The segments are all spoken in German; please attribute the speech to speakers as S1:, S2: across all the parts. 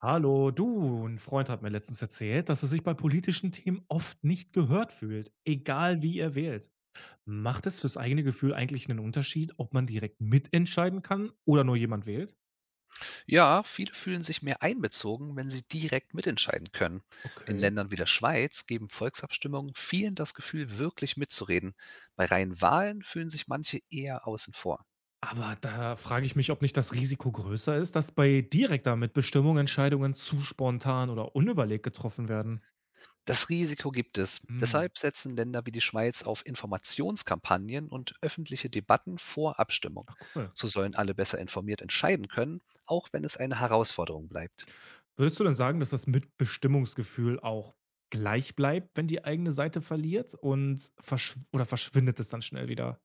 S1: Hallo, du, ein Freund hat mir letztens erzählt, dass er sich bei politischen Themen oft nicht gehört fühlt, egal wie er wählt. Macht es fürs eigene Gefühl eigentlich einen Unterschied, ob man direkt mitentscheiden kann oder nur jemand wählt?
S2: Ja, viele fühlen sich mehr einbezogen, wenn sie direkt mitentscheiden können. In
S1: Okay.
S2: Ländern wie der Schweiz geben Volksabstimmungen vielen das Gefühl, wirklich mitzureden. Bei reinen Wahlen fühlen sich manche eher außen vor.
S1: Aber da frage ich mich, ob nicht das Risiko größer ist, dass bei direkter Mitbestimmung Entscheidungen zu spontan oder unüberlegt getroffen werden.
S2: Das Risiko gibt es.
S1: Hm,
S2: Deshalb setzen Länder wie die Schweiz auf Informationskampagnen und öffentliche Debatten vor Abstimmung.
S1: ach cool.
S2: So sollen alle besser informiert entscheiden können, auch wenn es eine Herausforderung bleibt.
S1: Würdest du denn sagen, dass das Mitbestimmungsgefühl auch gleich bleibt, wenn die eigene Seite verliert und verschwindet es dann schnell wieder?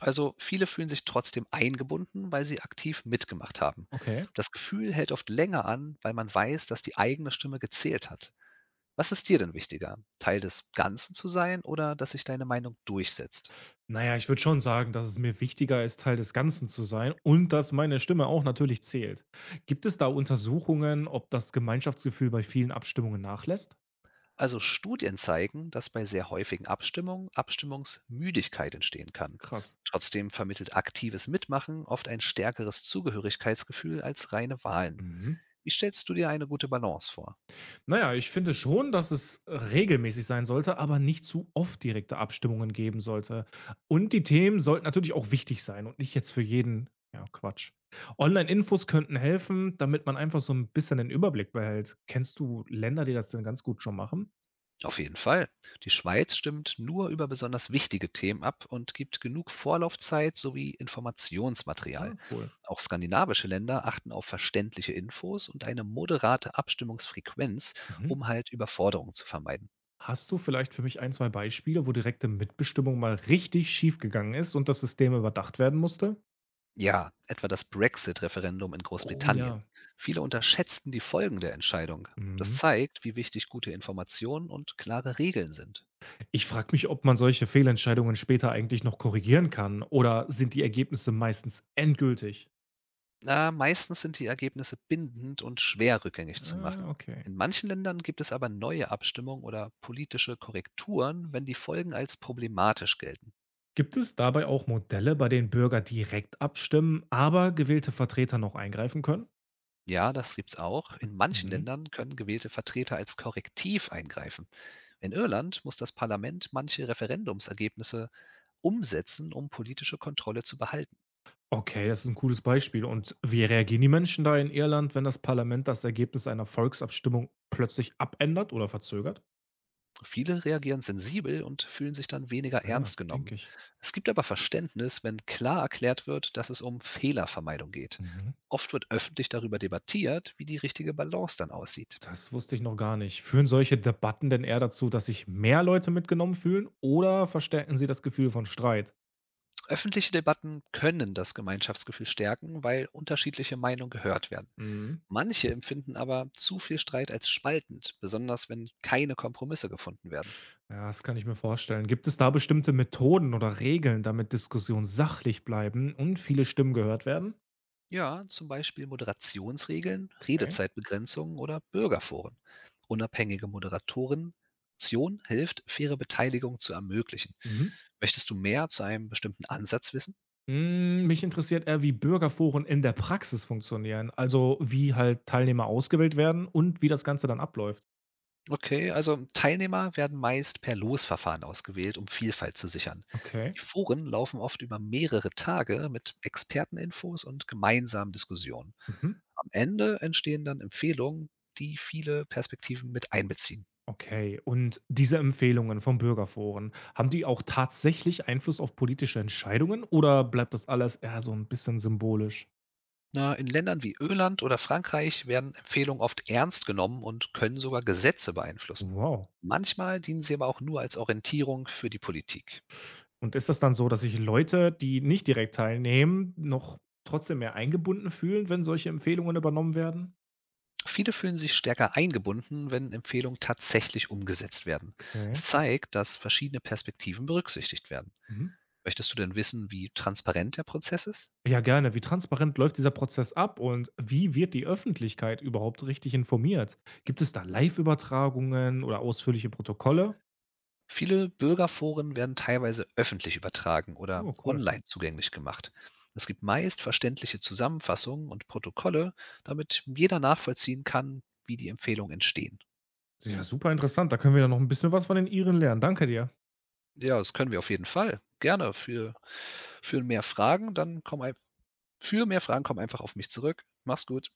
S2: Also viele fühlen sich trotzdem eingebunden, weil sie aktiv mitgemacht haben.
S1: Okay.
S2: Das Gefühl hält oft länger an, weil man weiß, dass die eigene Stimme gezählt hat. Was ist dir denn wichtiger, Teil des Ganzen zu sein oder dass sich deine Meinung durchsetzt?
S1: Naja, ich würde schon sagen, dass es mir wichtiger ist, Teil des Ganzen zu sein und dass meine Stimme auch natürlich zählt. Gibt es da Untersuchungen, ob das Gemeinschaftsgefühl bei vielen Abstimmungen nachlässt?
S2: Also Studien zeigen, dass bei sehr häufigen Abstimmungen Abstimmungsmüdigkeit entstehen kann.
S1: Krass.
S2: Trotzdem vermittelt aktives Mitmachen oft ein stärkeres Zugehörigkeitsgefühl als reine Wahlen.
S1: Mhm.
S2: Wie stellst du dir eine gute Balance vor?
S1: Na ja, ich finde schon, dass es regelmäßig sein sollte, aber nicht zu oft direkte Abstimmungen geben sollte. Und die Themen sollten natürlich auch wichtig sein und nicht jetzt für jeden ja, Quatsch. Online-Infos könnten helfen, damit man einfach so ein bisschen den Überblick behält. Kennst du Länder, die das denn ganz gut schon machen?
S2: Auf jeden Fall. Die Schweiz stimmt nur über besonders wichtige Themen ab und gibt genug Vorlaufzeit sowie
S1: Ja,
S2: Informationsmaterial.
S1: cool.
S2: Auch skandinavische Länder achten auf verständliche Infos und eine moderate Abstimmungsfrequenz,
S1: Mhm.
S2: um halt Überforderung zu vermeiden.
S1: Hast du vielleicht für mich ein 2 Beispiele, wo direkte Mitbestimmung mal richtig schief gegangen ist und das System überdacht werden musste?
S2: Ja, etwa das Brexit-Referendum in
S1: Oh
S2: Großbritannien.
S1: ja.
S2: Viele unterschätzten die Folgen der Entscheidung. Das
S1: Mhm.
S2: zeigt, wie wichtig gute Informationen und klare Regeln sind.
S1: Ich frage mich, ob man solche Fehlentscheidungen später eigentlich noch korrigieren kann, oder sind die Ergebnisse meistens endgültig?
S2: Na, meistens sind die Ergebnisse bindend und schwer rückgängig zu
S1: Ah,
S2: machen.
S1: okay.
S2: In manchen Ländern gibt es aber neue Abstimmungen oder politische Korrekturen, wenn die Folgen als problematisch gelten.
S1: Gibt es dabei auch Modelle, bei denen Bürger direkt abstimmen, aber gewählte Vertreter noch eingreifen können?
S2: Ja, das gibt's auch. In manchen
S1: Mhm.
S2: Ländern können gewählte Vertreter als Korrektiv eingreifen. In Irland muss das Parlament manche Referendumsergebnisse umsetzen, um politische Kontrolle zu behalten.
S1: Okay, das ist ein cooles Beispiel. Und wie reagieren die Menschen da in Irland, wenn das Parlament das Ergebnis einer Volksabstimmung plötzlich abändert oder verzögert?
S2: Viele reagieren sensibel und fühlen sich dann weniger
S1: Ja,
S2: ernst
S1: denke
S2: genommen.
S1: ich.
S2: Es gibt aber Verständnis, wenn klar erklärt wird, dass es um Fehlervermeidung geht.
S1: Mhm.
S2: Oft wird öffentlich darüber debattiert, wie die richtige Balance dann aussieht.
S1: Das wusste ich noch gar nicht. Führen solche Debatten denn eher dazu, dass sich mehr Leute mitgenommen fühlen, oder verstärken sie das Gefühl von Streit?
S2: Öffentliche Debatten können das Gemeinschaftsgefühl stärken, weil unterschiedliche Meinungen gehört werden.
S1: Mhm.
S2: Manche empfinden aber zu viel Streit als spaltend, besonders wenn keine Kompromisse gefunden werden.
S1: Ja, das kann ich mir vorstellen. Gibt es da bestimmte Methoden oder Regeln, damit Diskussionen sachlich bleiben und viele Stimmen gehört werden?
S2: Ja, zum Beispiel Moderationsregeln,
S1: Okay.
S2: Redezeitbegrenzungen oder Bürgerforen. Unabhängige Moderatoren Tion hilft, faire Beteiligung zu ermöglichen.
S1: Mhm.
S2: Möchtest du mehr zu einem bestimmten Ansatz wissen?
S1: Mich interessiert eher, wie Bürgerforen in der Praxis funktionieren, also wie halt Teilnehmer ausgewählt werden und wie das Ganze dann abläuft.
S2: Okay, also Teilnehmer werden meist per Losverfahren ausgewählt, um Vielfalt zu sichern.
S1: Okay.
S2: Die Foren laufen oft über mehrere Tage mit Experteninfos und gemeinsamen Diskussionen.
S1: Mhm.
S2: Am Ende entstehen dann Empfehlungen, die viele Perspektiven mit einbeziehen.
S1: Okay, und diese Empfehlungen vom Bürgerforen, haben die auch tatsächlich Einfluss auf politische Entscheidungen, oder bleibt das alles eher so ein bisschen symbolisch?
S2: Na, in Ländern wie Öland oder Frankreich werden Empfehlungen oft ernst genommen und können sogar Gesetze beeinflussen.
S1: Wow.
S2: Manchmal dienen sie aber auch nur als Orientierung für die Politik.
S1: Und ist das dann so, dass sich Leute, die nicht direkt teilnehmen, noch trotzdem mehr eingebunden fühlen, wenn solche Empfehlungen übernommen werden?
S2: Viele fühlen sich stärker eingebunden, wenn Empfehlungen tatsächlich umgesetzt werden.
S1: Okay.
S2: Es zeigt, dass verschiedene Perspektiven berücksichtigt werden.
S1: Mhm.
S2: Möchtest du denn wissen, wie transparent der Prozess ist?
S1: Ja, gerne. Wie transparent läuft dieser Prozess ab und wie wird die Öffentlichkeit überhaupt richtig informiert? Gibt es da Live-Übertragungen oder ausführliche Protokolle?
S2: Viele Bürgerforen werden teilweise öffentlich übertragen oder
S1: Oh, cool.
S2: online zugänglich gemacht. Es gibt meist verständliche Zusammenfassungen und Protokolle, damit jeder nachvollziehen kann, wie die Empfehlungen entstehen.
S1: Ja, super interessant. Da können wir ja noch ein bisschen was von den Iren lernen. Danke dir.
S2: Ja, das können wir auf jeden Fall. Gerne. Für mehr Fragen, für mehr Fragen komm einfach auf mich zurück. Mach's gut.